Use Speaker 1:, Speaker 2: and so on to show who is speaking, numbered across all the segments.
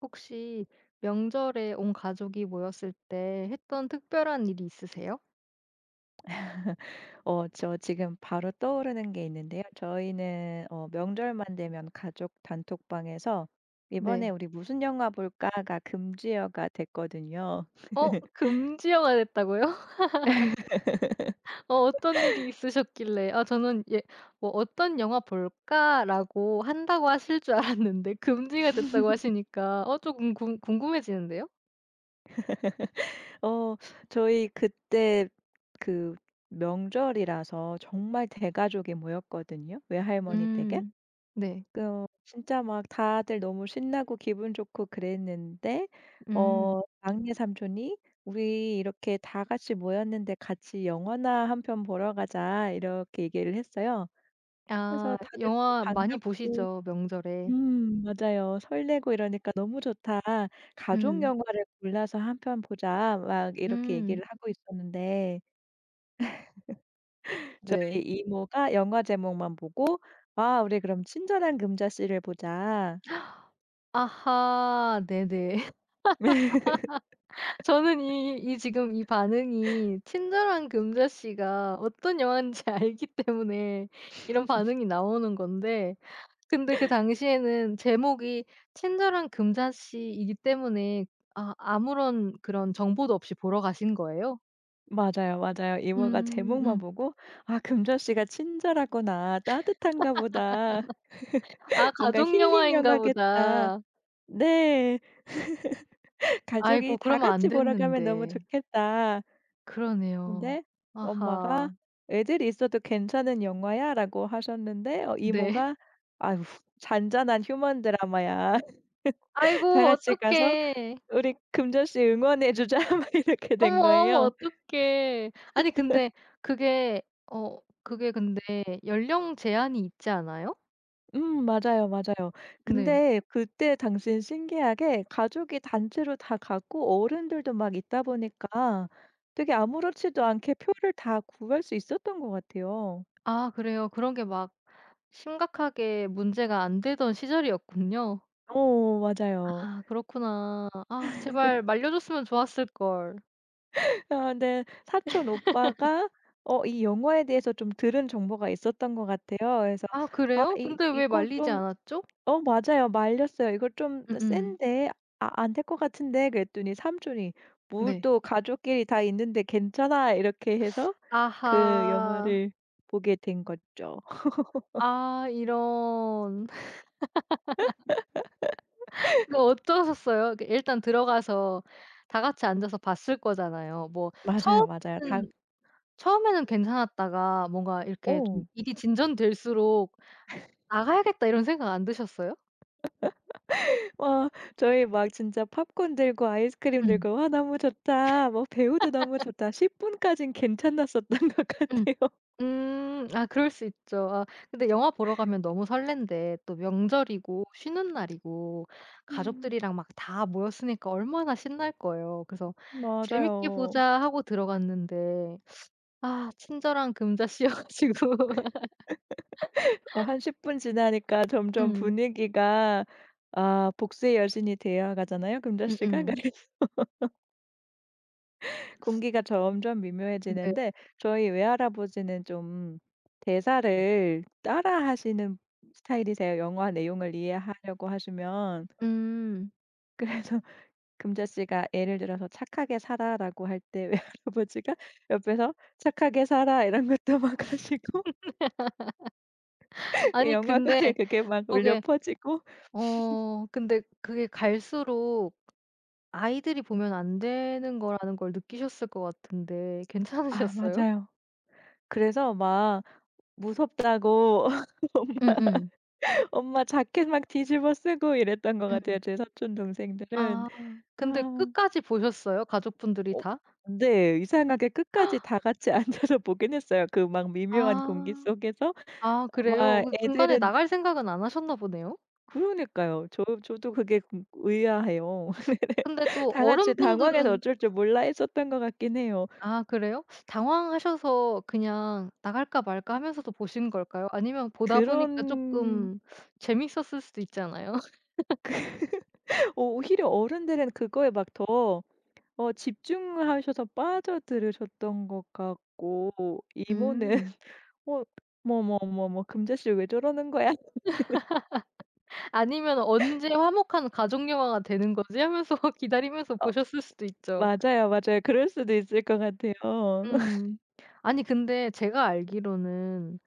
Speaker 1: 혹시 명절에 온 가족이 모였을 때 했던 특별한 일이 있으세요?
Speaker 2: 저 지금 바로 떠오르는 게 있는데요. 저희는 명절만 되면 가족 단톡방에서 "이번에
Speaker 1: 네.
Speaker 2: 우리 무슨 영화 볼까?"가 금지어가 됐거든요.
Speaker 1: 어 금지어가 됐다고요? 어떤 일이 있으셨길래 '아 저는 예 뭐 어떤 영화 볼까?'라고 한다고 하실 줄 알았는데 금지가 됐다고 하시니까 어금궁 궁금해지는데요?
Speaker 2: 어 저희 그때 그 명절이라서 정말 대가족이 모였거든요, 외할머니 댁에.
Speaker 1: 음. 네.
Speaker 2: 그 진짜 막 다들 너무 신나고 기분 좋고 그랬는데
Speaker 1: 음.
Speaker 2: 막내 삼촌이 "우리 이렇게 다 같이 모였는데 같이 영화나 한 편 보러 가자." 이렇게 얘기를 했어요.
Speaker 1: 아
Speaker 2: 그래서 다들 너무
Speaker 1: 영화 많이
Speaker 2: 반갑고
Speaker 1: 보시죠 명절에.
Speaker 2: 맞아요. 설레고 이러니까 "너무 좋다. 가족
Speaker 1: 음.
Speaker 2: 영화를 골라서 한 편 보자." 막 이렇게 얘기를
Speaker 1: 음.
Speaker 2: 하고 있었는데
Speaker 1: 네.
Speaker 2: 저희 이모가 영화 제목만 보고 "아 우리 그럼 친절한 금자씨를 보자."
Speaker 1: 아하. 네네. 저는 이 이 지금 이 반응이 친절한 금자 씨가 어떤 영화인지 알기 때문에 이런 반응이 나오는 건데 근데 그 당시에는 제목이 친절한 금자 씨이기 때문에 아 아무런 그런 정보도 없이 보러 가신 거예요?
Speaker 2: 맞아요, 맞아요. 이모가
Speaker 1: 음
Speaker 2: 제목만
Speaker 1: 음.
Speaker 2: 보고 '아 금전 씨가 친절하구나. 따뜻한가 보다.
Speaker 1: 아
Speaker 2: 뭔가
Speaker 1: 가족
Speaker 2: 힐링
Speaker 1: 영화인가
Speaker 2: 영화겠다.'
Speaker 1: 보다.
Speaker 2: 네. '가족이
Speaker 1: 아이고
Speaker 2: 다
Speaker 1: 그러면 안
Speaker 2: 같이 보러 가면 너무
Speaker 1: 됐는데.
Speaker 2: 좋겠다.' 근데
Speaker 1: 그러네요.
Speaker 2: 엄마가
Speaker 1: 아하.
Speaker 2: "애들이 있어도 괜찮은 영화야."라고 하셨는데
Speaker 1: 네.
Speaker 2: 이모가 "아유 잔잔한 휴먼 드라마야. 다
Speaker 1: 아이고
Speaker 2: 같이 가서
Speaker 1: 어떡해.
Speaker 2: 우리 금전 씨 응원해 주자." 막 이렇게
Speaker 1: 어머,
Speaker 2: 된
Speaker 1: 어머
Speaker 2: 거예요.
Speaker 1: 어떡해. 아니 근데 그게 그게 근데 연령 제한이 있지 않아요?
Speaker 2: 맞아요, 맞아요.
Speaker 1: 네.
Speaker 2: 근데 그때 당시엔 신기하게 가족이 단체로 다 가고 어른들도 막 있다 보니까 되게 아무렇지도 않게 표를 다 구할 수 있었던 것 같아요.
Speaker 1: 아 그래요? 그런 게 막 심각하게 문제가 안 되던 시절이었군요.
Speaker 2: 어 맞아요.
Speaker 1: 아 그렇구나. 아 제발 말려 줬으면 좋았을 걸.
Speaker 2: 아 근데 사촌 오빠가 이 영화에 대해서 좀 들은 정보가 있었던 것 같아요. 그래서
Speaker 1: 아
Speaker 2: "아
Speaker 1: 그래요?
Speaker 2: 이
Speaker 1: 근데 왜
Speaker 2: 이거
Speaker 1: 말리지
Speaker 2: 좀
Speaker 1: 않았죠?
Speaker 2: 어 맞아요. 말렸어요. "이거 좀
Speaker 1: 음음.
Speaker 2: 센데 아 안 될 것 같은데." 그랬더니 삼촌이 "뭘
Speaker 1: 네.
Speaker 2: 또 가족끼리 다 있는데 괜찮아." 이렇게 해서 그
Speaker 1: 아하.
Speaker 2: 영화를 보게 된 거죠.
Speaker 1: 아 이런. 그 어떠셨어요? 그 일단 들어가서 다 같이 앉아서 봤을 거잖아요. 뭐
Speaker 2: 맞아요, 맞아요. 다
Speaker 1: 처음에는 처음에는 괜찮았다가 뭔가 이렇게 좀
Speaker 2: 어.
Speaker 1: 일이 진전될수록 '나가야겠다.' 이런 생각 안 드셨어요?
Speaker 2: 와 저희 막 진짜 팝콘 들고 아이스크림
Speaker 1: 음.
Speaker 2: 들고 '와 너무 좋다. 뭐 배우도 너무 좋다.' 10 분까진 괜찮았었던 것
Speaker 1: 음.
Speaker 2: 같아요.
Speaker 1: 음. 아 그럴 수 있죠. 아 근데 영화 보러 가면 너무 설렌데 또 명절이고 쉬는 날이고 가족들이랑 막 다 모였으니까 얼마나 신날 거예요. 그래서 '재밌게
Speaker 2: 맞아요.
Speaker 1: 보자.' 하고 들어갔는데 아 친절한 금자씨여 가지고.
Speaker 2: 어 한 10분 지나니까 점점
Speaker 1: 음.
Speaker 2: 분위기가 아 복수의 여신이 되어 가잖아요 금자 씨가.
Speaker 1: 음음.
Speaker 2: 그 공기가 점점 미묘해지는데 저희 외할아버지는 좀
Speaker 1: 네.
Speaker 2: 대사를 따라하시는 스타일이세요 영화 내용을 이해하려고 하시면.
Speaker 1: 음.
Speaker 2: 그래서 금자 씨가 예를 들어서 "착하게 살아."라고 할 때 외할아버지가 옆에서 "착하게 살아." 이런 것도 막 하시고 그
Speaker 1: 아니 근데
Speaker 2: 영화관에 그게 막 울려
Speaker 1: 거기에
Speaker 2: 퍼지고
Speaker 1: 근데 그게 갈수록 아이들이 보면 안 되는 거라는 걸 느끼셨을 것 같은데
Speaker 2: 아
Speaker 1: 괜찮으셨어요?
Speaker 2: 맞아요. 그래서 막 무섭다고 엄
Speaker 1: 응응.
Speaker 2: 엄마 자켓 막 뒤집어 쓰고 이랬던 것 같아요,
Speaker 1: 음.
Speaker 2: 제 사촌 동생들은.
Speaker 1: 아 근데
Speaker 2: 아.
Speaker 1: 끝까지 보셨어요? 가족분들이
Speaker 2: 어
Speaker 1: 다?
Speaker 2: 네. 이상하게 끝까지 다 같이 앉아서 보긴 했어요. 그 막 미묘한 공기
Speaker 1: 아.
Speaker 2: 속에서
Speaker 1: 아 그래요?
Speaker 2: 막
Speaker 1: 그 중간에
Speaker 2: 애들은
Speaker 1: 나갈 생각은 안 하셨나 보네요?
Speaker 2: 그러니까요. 저도 그게 궁 의아해요.
Speaker 1: 근데 또
Speaker 2: 다 같이 당황해서
Speaker 1: 어른분들은.
Speaker 2: 어쩔 줄 몰라 했었던 것 같긴 해요.
Speaker 1: 아 그래요? 당황하셔서 그냥 나갈까 말까 하면서도 보신 걸까요? 아니면 보다 보니까
Speaker 2: 그런
Speaker 1: 조금 재밌었을 수도 있잖아요.
Speaker 2: 오히려 어른들은 그거에 막 더 집중하셔서 빠져들으셨던 것 같고 이모는
Speaker 1: 음.
Speaker 2: 어 뭐뭐뭐뭐 금자 씨 왜 저러는 거야?"
Speaker 1: 아니면 '언제 화목한 가족 영화가 되는 거지?' 하면서 기다리면서
Speaker 2: 어
Speaker 1: 보셨을 수도 있죠.
Speaker 2: 맞아요, 맞아요. 그럴 수도 있을 것 같아요.
Speaker 1: 음. 아니 근데 제가 알기로는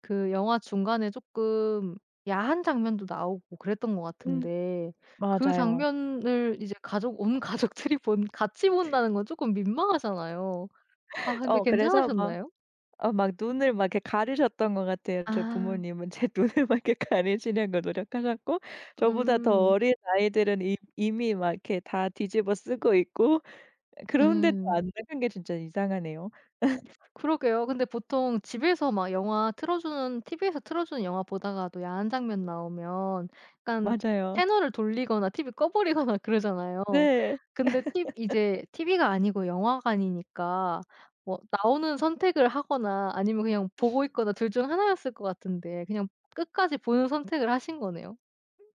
Speaker 1: 그 영화 중간에 쪼끔 야한 장면도 나오고 그랬던 것
Speaker 2: 음
Speaker 1: 같은데 그
Speaker 2: 맞아요.
Speaker 1: 장면을 이제 가족 온 가족들이 본 같이 본다는 건 쪼끔 민망하잖아요. 아 근데
Speaker 2: 어 그래서 막
Speaker 1: 괜찮으셨나요?
Speaker 2: 어 막 눈을 막 이렇게 가리셨던 것 같아요. 저희
Speaker 1: 아.
Speaker 2: 부모님은 제 눈을 막 이렇게 가리시려고 노력하셨고 저보다 더
Speaker 1: 음.
Speaker 2: 어린 아이들은 이 이미 막 이렇게 다 뒤집어 쓰고 있고 그런데도
Speaker 1: 음.
Speaker 2: 안 나간 게 진짜 이상하네요.
Speaker 1: 그러게요. 근데 보통 집에서 막 영화 틀어 주는 TV에서 틀어 주는 영화 보다가도 야한 장면 나오면 약간
Speaker 2: 맞아요.
Speaker 1: 채널을 돌리거나 TV 꺼 버리거나 그러잖아요.
Speaker 2: 네.
Speaker 1: 근데 티 이제 TV가 아니고 영화관이니까 뭐 나오는 선택을 하거나 아니면 그냥 보고 있거나 둘 중 하나였을 것 같은데 그냥 끝까지 보는 선택을 하신 거네요.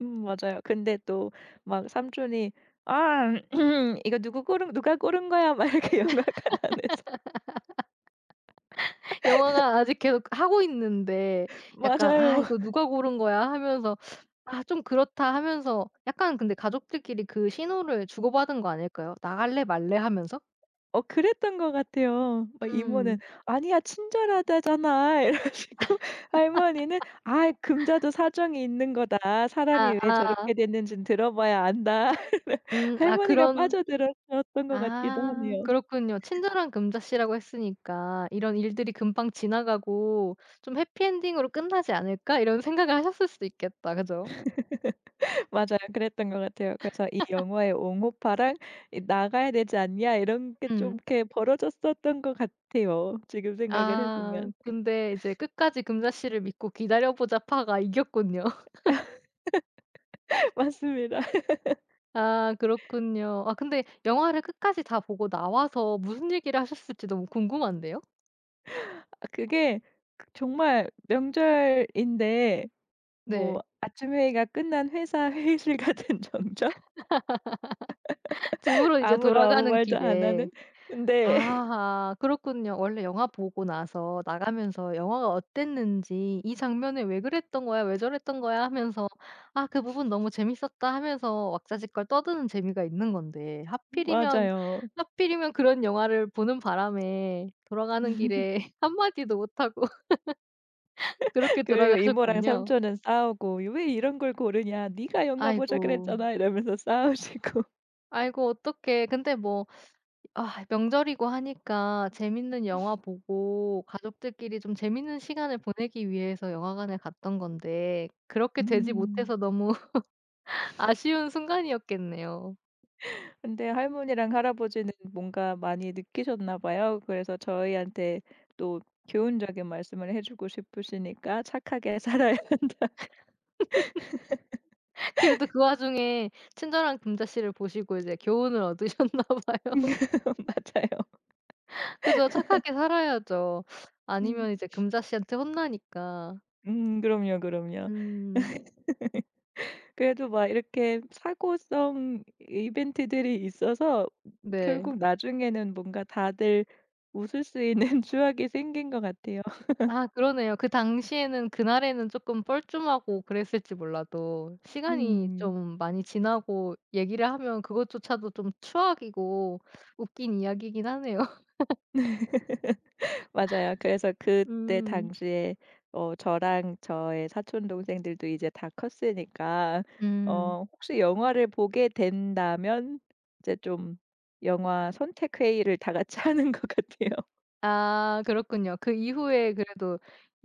Speaker 2: 맞아요. 근데 또 막 삼촌이 "아 이거 누구 고른 누가 고른 거야." 막 이렇게 영화관 안에서
Speaker 1: 영화가 아직 계속 하고 있는데 약간 '아
Speaker 2: 맞아요.
Speaker 1: 이거 누가 고른 거야?' 하면서 '아 좀 그렇다.' 하면서 약간 근데 가족들끼리 그 신호를 주고받은 거 아닐까요? "나갈래? 말래?" 하면서?
Speaker 2: 어 그랬던 것 같아요. 막 이모는
Speaker 1: 음.
Speaker 2: "아니야 친절하다잖아." 이러시고 할머니는 아 금자도 사정이 있는 거다. 사람이
Speaker 1: 아
Speaker 2: 왜
Speaker 1: 아.
Speaker 2: 저렇게 됐는지는 들어봐야 안다."
Speaker 1: 아
Speaker 2: 할머니가 빠
Speaker 1: 그런.
Speaker 2: 져들었던 것 같기도
Speaker 1: 아
Speaker 2: 하네요.
Speaker 1: 그렇군요. 친절한 금자씨라고 했으니까 '이런 일들이 금방 지나가고 좀 해피엔딩으로 끝나지 않을까?' 이런 생각을 하셨을 수도 있겠다. 그죠?
Speaker 2: 맞아요. 그랬던 것 같아요. 그래서 이 영화의 "옹호파랑 이 나가야 되지 않냐?" 이런 게 좀
Speaker 1: 음.
Speaker 2: 이렇게 벌어졌었던 것 같아요. 지금 생각을 해
Speaker 1: 아
Speaker 2: 보면.
Speaker 1: 근데 이제 끝까지 금자씨를 믿고 기다려 보자 파가 이겼군요.
Speaker 2: 맞습니다.
Speaker 1: 아 그렇군요. 아 근데 영화를 끝까지 다 보고 나와서 무슨 얘기를 하셨을지 너무 궁금한데요.
Speaker 2: 아 그게 정말 명절인데 뭐
Speaker 1: 네.
Speaker 2: 아침 회의가 끝난 회사 회의실 같은 정적?
Speaker 1: 집으로 이제
Speaker 2: 아무도 아무
Speaker 1: 돌아가는
Speaker 2: 말도 안
Speaker 1: 길에.
Speaker 2: 하는? 근데
Speaker 1: 아 그렇군요. 원래 영화 보고 나서 나가면서 "영화가 어땠는지 이 장면을 왜 그랬던 거야? 왜 저랬던 거야?" 하면서 '아 그 부분 너무 재밌었다.' 하면서 왁자지껄 떠드는 재미가 있는 건데
Speaker 2: 맞아요.
Speaker 1: 하필이면 그런 영화를 보는 바람에 돌아가는 길에 한마디도 못하고 그렇게
Speaker 2: 그리고 이모랑
Speaker 1: 돌아가셨군요.
Speaker 2: 삼촌은 싸우고 "왜 이런 걸 고르냐? 네가 영화 보자
Speaker 1: 아이고.
Speaker 2: 그랬잖아." 이러면서 싸우시고.
Speaker 1: 아이고 어떡해. 근데 뭐 아 명절이고 하니까 재밌는 영화 보고 가족들끼리 좀 재밌는 시간을 보내기 위해서 영화관에 갔던 건데 그렇게 되지
Speaker 2: 음.
Speaker 1: 못해서 너무 아쉬운 순간이었겠네요.
Speaker 2: 근데 할머니랑 할아버지는 뭔가 많이 느끼셨나 봐요. 그래서 저희한테 또 교훈적인 말씀을 해 주고 싶으시니까 "착하게 살아요."
Speaker 1: 그래도 그 와중에 친절한 금자씨를 보시고 이제 교훈을 얻으셨나 봐요.
Speaker 2: 맞아요.
Speaker 1: 그죠. 착하게 살아야죠.
Speaker 2: 음.
Speaker 1: 아니면 이제 금자씨한테 혼나니까.
Speaker 2: 그럼요, 그럼요.
Speaker 1: 음.
Speaker 2: 그래도 막 이렇게 사고성 이벤트들이 있어서
Speaker 1: 네.
Speaker 2: 결국 나중에는 뭔가 다들 웃을 수 있는 추억이 생긴 것 같아요.
Speaker 1: 아 그러네요. 그 당시에는 그날에는 쪼끔 뻘쭘하고 그랬을지 몰라도 시간이
Speaker 2: 음.
Speaker 1: 좀 많이 지나고 얘기를 하면 그것조차도 좀 추억이고 웃긴 이야기이긴 하네요.
Speaker 2: 맞아요. 그래서 그때
Speaker 1: 음.
Speaker 2: 당시에 저랑 저의 사촌 동생들도 이제 다 컸으니까
Speaker 1: 음.
Speaker 2: 혹시 영화를 보게 된다면 이제 좀 영화 선택 회의를 다 같이 하는 것 같아요.
Speaker 1: 아 그렇군요. 그 이후에 그래도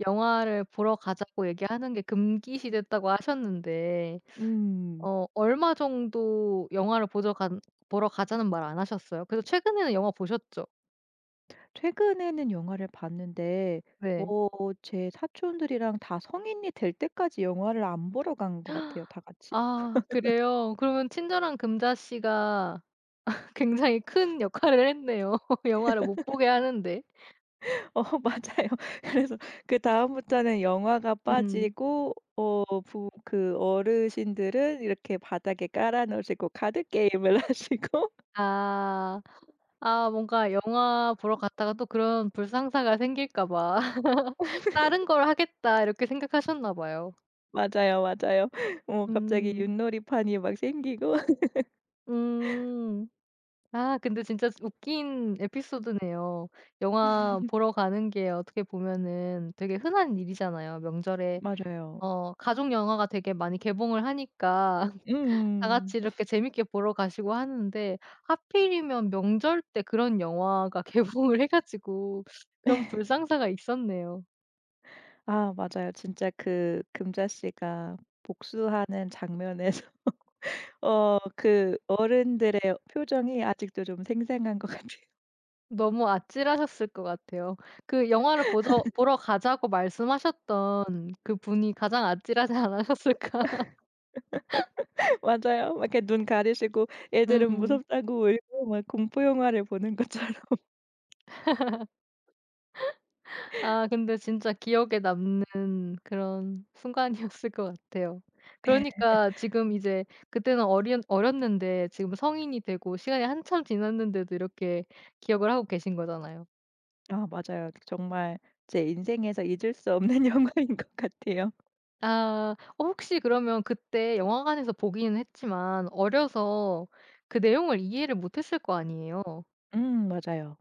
Speaker 1: 영화를 보러 가자고 얘기하는 게 금기시됐다고 하셨는데
Speaker 2: 음.
Speaker 1: 어 얼마 정도 영화를 보러 가자는 말 안 하셨어요? 그래도 최근에는 영화 보셨죠?
Speaker 2: 최근에는 영화를 봤는데
Speaker 1: 네.
Speaker 2: 어 제 사촌들이랑 다 성인이 될 때까지 영화를 안 보러 간 것 같아요, 다 같이.
Speaker 1: 아 그래요? 그러면 친절한 금자씨가 굉장히 큰 역할을 했네요. 영화를 못 보게 하는데.
Speaker 2: 어 맞아요. 그래서 그다음부터는 영화가
Speaker 1: 음.
Speaker 2: 빠지고 어 부 그 어르신들은 이렇게 바닥에 깔아 놓으시고 카드 게임을 하시고
Speaker 1: 아. 아 뭔가 영화 보러 갔다가 또 그런 불상사가 생길까 봐 '다른 걸 하겠다.' 이렇게 생각하셨나 봐요.
Speaker 2: 맞아요, 맞아요. 어 갑자기
Speaker 1: 음.
Speaker 2: 윷놀이판이 막 생기고
Speaker 1: 음. 아 근데 진짜 웃긴 에피소드네요. 영화 보러 가는 게 어떻게 보면은 되게 흔한 일이잖아요. 명절에
Speaker 2: 맞아요.
Speaker 1: 어 가족 영화가 되게 많이 개봉을 하니까 다
Speaker 2: 음음.
Speaker 1: 같이 이렇게 재밌게 보러 가시고 하는데 하필이면 명절 때 그런 영화가 개봉을 해 가지고 그런 불상사가 있었네요.
Speaker 2: 아 맞아요. 진짜 그 금자 씨가 복수하는 장면에서 그 어른들의 표정이 아직도 좀 생생한 것 같아요.
Speaker 1: 너무 아찔하셨을 것 같아요. 그 영화를 보저 보러 가자고 말씀하셨던 그분이 가장 아찔하지 않으셨을까.
Speaker 2: 맞아요. 막 이렇게 눈 가리시고 애들은
Speaker 1: 음.
Speaker 2: 무섭다고 울고 막 공포 영화를 보는 것처럼.
Speaker 1: 아 근데 진짜 기억에 남는 그런 순간이었을 것 같아요. 그러니까 지금 이제 그때는 어렸는데 지금 성인이 되고 시간이 한참 지났는데도 이렇게 기억을 하고 계신 거잖아요.
Speaker 2: 아 맞아요. 정말 제 인생에서 잊을 수 없는 영화인 것 같아요.
Speaker 1: 아 어 혹시 그러면 그때 영화관에서 보기는 했지만 어려서 그 내용을 이해를 못했을 거 아니에요.
Speaker 2: 맞아요.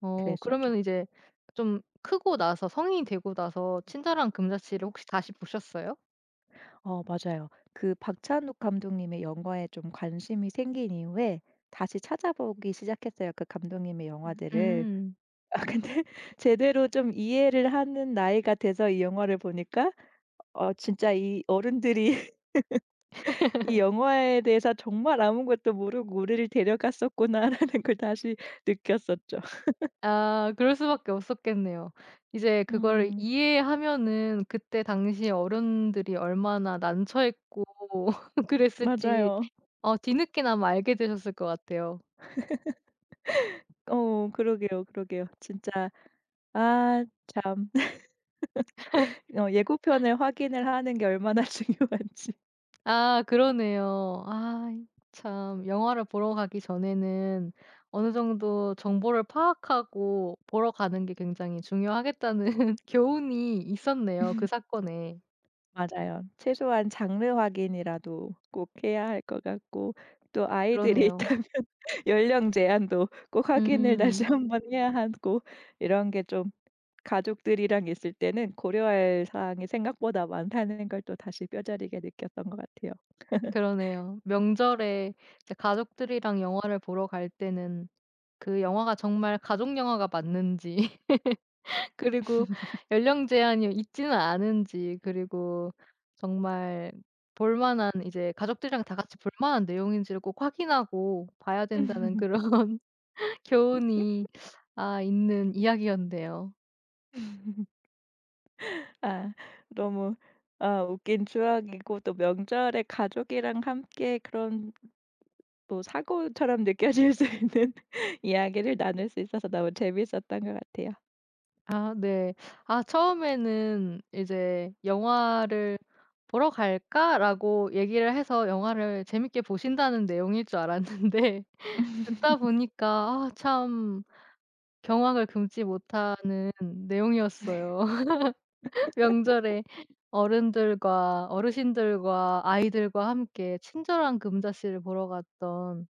Speaker 1: 어
Speaker 2: 그랬었죠.
Speaker 1: 그러면 이제 좀 크고 나서 성인이 되고 나서 친절한 금자씨를 혹시 다시 보셨어요?
Speaker 2: 어 맞아요. 그 박찬욱 감독님의 영화에 좀 관심이 생긴 이후에 다시 찾아보기 시작했어요, 그 감독님의 영화들을.
Speaker 1: 음.
Speaker 2: 아 근데 제대로 좀 이해를 하는 나이가 돼서 이 영화를 보니까 진짜 이 어른들이 '이 영화에 대해서 정말 아무것도 모르고 우리를 데려갔었구나.'라는 걸 다시 느꼈었죠.
Speaker 1: 아 그럴 수밖에 없었겠네요. 이제 그거를
Speaker 2: 음
Speaker 1: 이해하면은 그때 당시 어른들이 얼마나 난처했고 그랬을지
Speaker 2: 맞아요.
Speaker 1: 어 뒤늦게나마 알게 되셨을 것 같아요.
Speaker 2: 어 그러게요, 그러게요. 진짜 아 참 예고편을 확인을 하는 게 얼마나 중요한지.
Speaker 1: 아 그러네요. 아 참 영화를 보러 가기 전에는 어느 정도 정보를 파악하고 보러 가는 게 굉장히 중요하겠다는 교훈이 있었네요, 그 사건에.
Speaker 2: 맞아요. 최소한 장르 확인이라도 꼭 해야 할 것 같고 또 아이들이
Speaker 1: 그러네요.
Speaker 2: 있다면 연령 제한도 꼭 확인을 다시
Speaker 1: 음.
Speaker 2: 한번 해야 하고 이런 게좀 가족들이랑 있을 때는 고려할 사항이 생각보다 많다는 걸 또 다시 뼈저리게 느꼈던 것 같아요.
Speaker 1: 그러네요. 명절에 이제 가족들이랑 영화를 보러 갈 때는 그 영화가 정말 가족 영화가 맞는지 그리고 연령 제한이 있지는 않은지 그리고 정말 볼 만한 이제 가족들이랑 다 같이 볼 만한 내용인지를 꼭 확인하고 봐야 된다는 그런 교훈이 아 있는 이야기였네요.
Speaker 2: 아 너무 아 웃긴 추억이고 또 명절에 가족이랑 함께 그런 뭐 사고처럼 느껴질 수 있는 이야기를 나눌 수 있어서 너무 재밌었던 것 같아요.
Speaker 1: 아 네. 아 처음에는 이제 "영화를 보러 갈까?"라고 얘기를 해서 영화를 재밌게 보신다는 내용일 줄 알았는데 듣다 보니까 아 참 경악을 금치 못하는 내용이었어요. 명절에 어른들과 어르신들과 아이들과 함께 친절한 금자씨를 보러 갔던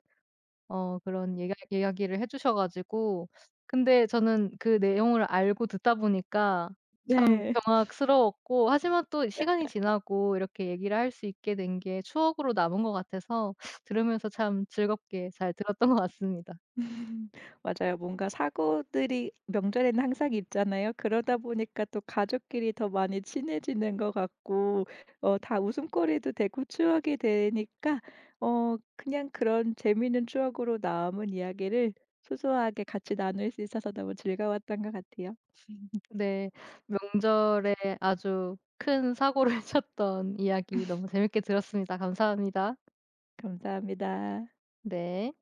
Speaker 1: 어 그런 이야기를 해 주셔 가지고 근데 저는 그 내용을 알고 듣다 보니까 참
Speaker 2: 네.
Speaker 1: 경악스러웠고 하지만 또 시간이 지나고 이렇게 얘기를 할 수 있게 된 게 추억으로 남은 것 같아서 들으면서 참 즐겁게 잘 들었던 것 같습니다.
Speaker 2: 맞아요. 뭔가 사고들이 명절에는 항상 있잖아요. 그러다 보니까 또 가족끼리 더 많이 친해지는 것 같고 다 웃음거리도 되고 추억이 되니까 그냥 그런 재미있는 추억으로 남은 이야기를 소소하게 같이 나눌 수 있어서 너무 즐거웠던 것 같아요.
Speaker 1: 네. 명절에 아주 큰 사고를 쳤던 이야기 너무 재밌게 들었습니다. 감사합니다.
Speaker 2: 감사합니다.
Speaker 1: 네.